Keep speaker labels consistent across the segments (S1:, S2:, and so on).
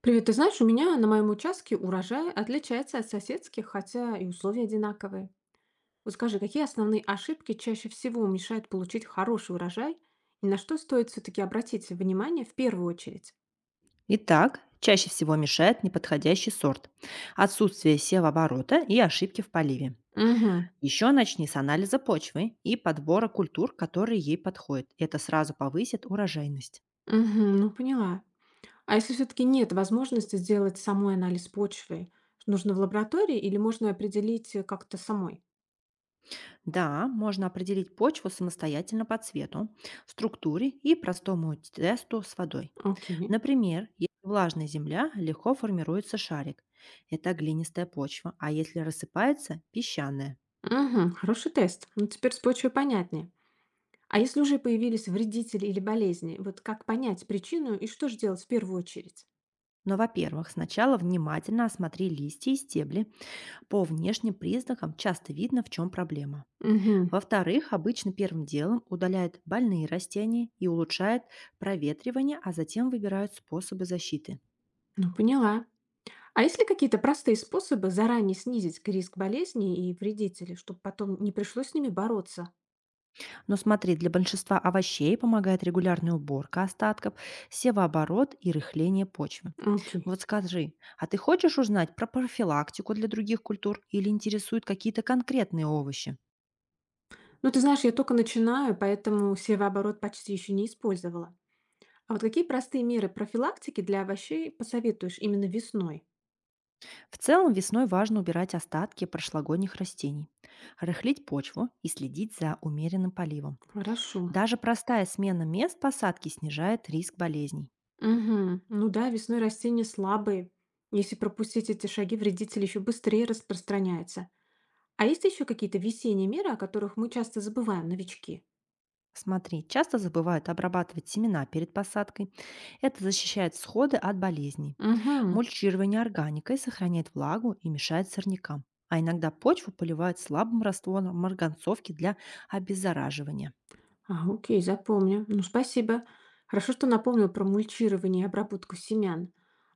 S1: Привет, ты знаешь, у меня на моем участке урожай отличается от соседских, хотя и условия одинаковые. Вот скажи, какие основные ошибки чаще всего мешают получить хороший урожай, и на что стоит все-таки обратить внимание в первую очередь?
S2: Итак, чаще всего мешает неподходящий сорт, отсутствие севооборота и ошибки в поливе.
S1: Угу,
S2: Еще начни с анализа почвы и подбора культур, которые ей подходят. Это сразу повысит урожайность.
S1: угу, ну поняла. А если все-таки нет возможности сделать самой анализ почвы, нужно в лаборатории или можно определить как-то самой?
S2: Да, можно определить почву самостоятельно по цвету, структуре и простому тесту с водой.
S1: Окей.
S2: Например, если влажная земля, легко формируется шарик. Это глинистая почва, а если рассыпается– песчаная.
S1: Угу, хороший тест. Ну теперь с почвой понятнее. А если уже появились вредители или болезни, вот как понять причину и что же делать в первую очередь?
S2: Но, во-первых, сначала внимательно осмотри листья и стебли, по внешним признакам часто видно, в чем проблема.
S1: Мгм.
S2: Во-вторых, обычно первым делом удаляют больные растения и улучшают проветривание, а затем выбирают способы защиты.
S1: Ну, поняла. А есть ли какие-то простые способы заранее снизить риск болезней и вредителей, чтобы потом не пришлось с ними бороться?
S2: Но смотри, для большинства овощей помогает регулярная уборка остатков, севооборот и рыхление почвы.
S1: Окей.
S2: Вот скажи, а ты хочешь узнать про профилактику для других культур или интересуют какие-то конкретные овощи?
S1: Ну, ты знаешь, я только начинаю, поэтому севооборот почти еще не использовала. А вот какие простые меры профилактики для овощей посоветуешь именно весной?
S2: В целом весной важно убирать остатки прошлогодних растений, рыхлить почву и следить за умеренным поливом.
S1: Хорошо.
S2: Даже простая смена мест посадки снижает риск болезней.
S1: Мгм. Ну да, весной растения слабые. Если пропустить эти шаги, вредитель еще быстрее распространяется. А есть еще какие-то весенние меры, о которых мы часто забываем, новички?
S2: Смотри, часто забывают обрабатывать семена перед посадкой. Это защищает сходы от болезней.
S1: Угу.
S2: Мульчирование органикой сохраняет влагу и мешает сорнякам. А иногда почву поливают слабым раствором марганцовки для обеззараживания.
S1: А, окей, запомню. Ну, спасибо. Хорошо, что напомнил про мульчирование и обработку семян.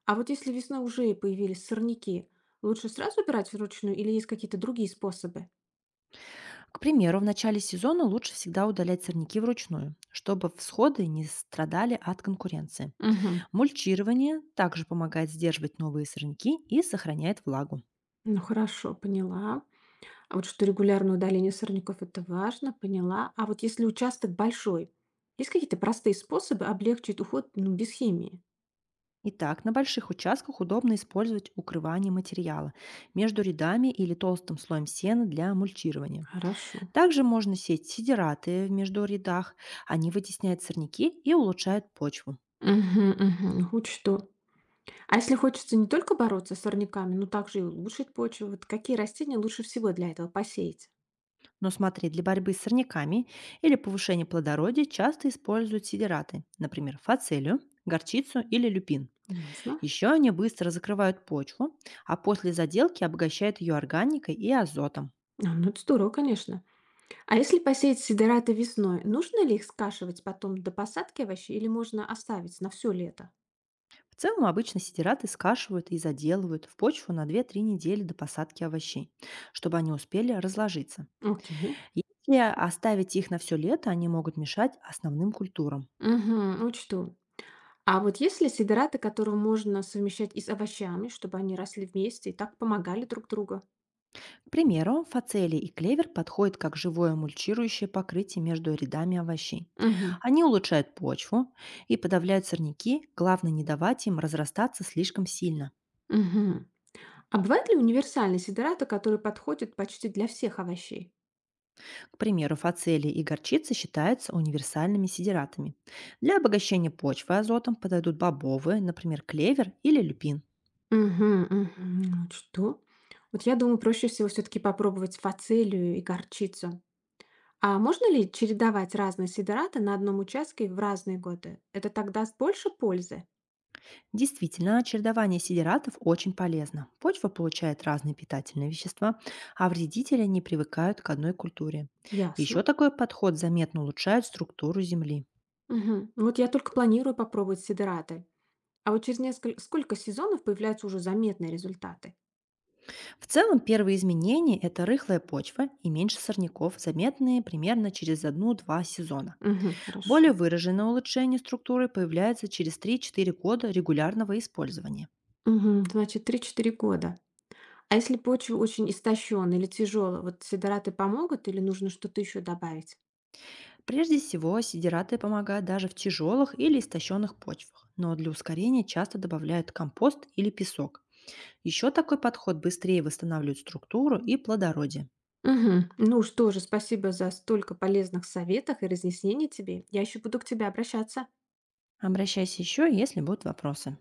S1: А вот если весной уже и появились сорняки, лучше сразу убирать вручную или есть какие-то другие способы?
S2: К примеру, в начале сезона лучше всегда удалять сорняки вручную, чтобы всходы не страдали от конкуренции.
S1: Угу.
S2: Мульчирование также помогает сдерживать новые сорняки и сохраняет влагу.
S1: Ну хорошо, поняла. А вот что регулярное удаление сорняков — это важно, поняла. А вот если участок большой, есть какие-то простые способы облегчить уход, ну, без химии?
S2: Итак, на больших участках удобно использовать укрывание материала между рядами или толстым слоем сена для мульчирования.
S1: Хорошо.
S2: Также можно сеять сидираты в между рядах, они вытесняют сорняки и улучшают почву.
S1: Мгм, мгм, учту. А если хочется не только бороться с сорняками, но также и улучшить почву, вот какие растения лучше всего для этого посеять?
S2: Но смотри, для борьбы с сорняками или повышения плодородия часто используют сидираты, например, фацелию, горчицу или люпин.
S1: Ясно.
S2: Еще они быстро закрывают почву, а после заделки обогащают ее органикой и азотом.
S1: А, ну это здорово, конечно. А если посеять сидораты весной, нужно ли их скашивать потом до посадки овощей или можно оставить на все лето?
S2: В целом обычно сидираты скашивают и заделывают в почву на две-три недели до посадки овощей, чтобы они успели разложиться.
S1: Окей.
S2: Если оставить их на все лето, они могут мешать основным культурам.
S1: Угу, учту. А вот есть ли сидораты, которые можно совмещать и с овощами, чтобы они росли вместе и так помогали друг другу?
S2: К примеру, фацелии и клевер подходят как живое мульчирующее покрытие между рядами овощей.
S1: Мгм.
S2: Они улучшают почву и подавляют сорняки, главное не давать им разрастаться слишком сильно.
S1: Мгм. А бывают ли универсальные сидораты, которые подходят почти для всех овощей?
S2: К примеру, фацелии и горчица считаются универсальными сидератами. Для обогащения почвы азотом подойдут бобовые, например, клевер или люпин.
S1: Мгм. Мгм. Ну, вот что? Вот я думаю, проще всего все-таки попробовать фацелию и горчицу. А можно ли чередовать разные сидораты на одном участке в разные годы? Это так даст больше пользы?
S2: Действительно, чередование сидератов очень полезно. Почва получает разные питательные вещества, а вредители не привыкают к одной культуре. Еще
S1: Ясно.
S2: такой подход заметно улучшает структуру земли.
S1: Мгм. Вот я только планирую попробовать сидораты. А вот через несколько сколько сезонов появляются уже заметные результаты?
S2: В целом, первые изменения– это рыхлая почва и меньше сорняков, заметные примерно через 1 два сезона.
S1: Мгм, хорошо.
S2: Более выраженное улучшение структуры появляется через три-четыре года регулярного использования.
S1: Мгм, значит, три-четыре года. А если почва очень истощенная или тяжелая, вот сидораты помогут или нужно что-то еще добавить?
S2: Прежде всего, сидираты помогают даже в тяжелых или истощенных почвах, но для ускорения часто добавляют компост или песок. Еще такой подход быстрее восстанавливает структуру и плодородие.
S1: Мгм. Ну что же, спасибо за столько полезных советов и разъяснений тебе. Я еще буду к тебе обращаться.
S2: Обращайся еще, если будут вопросы.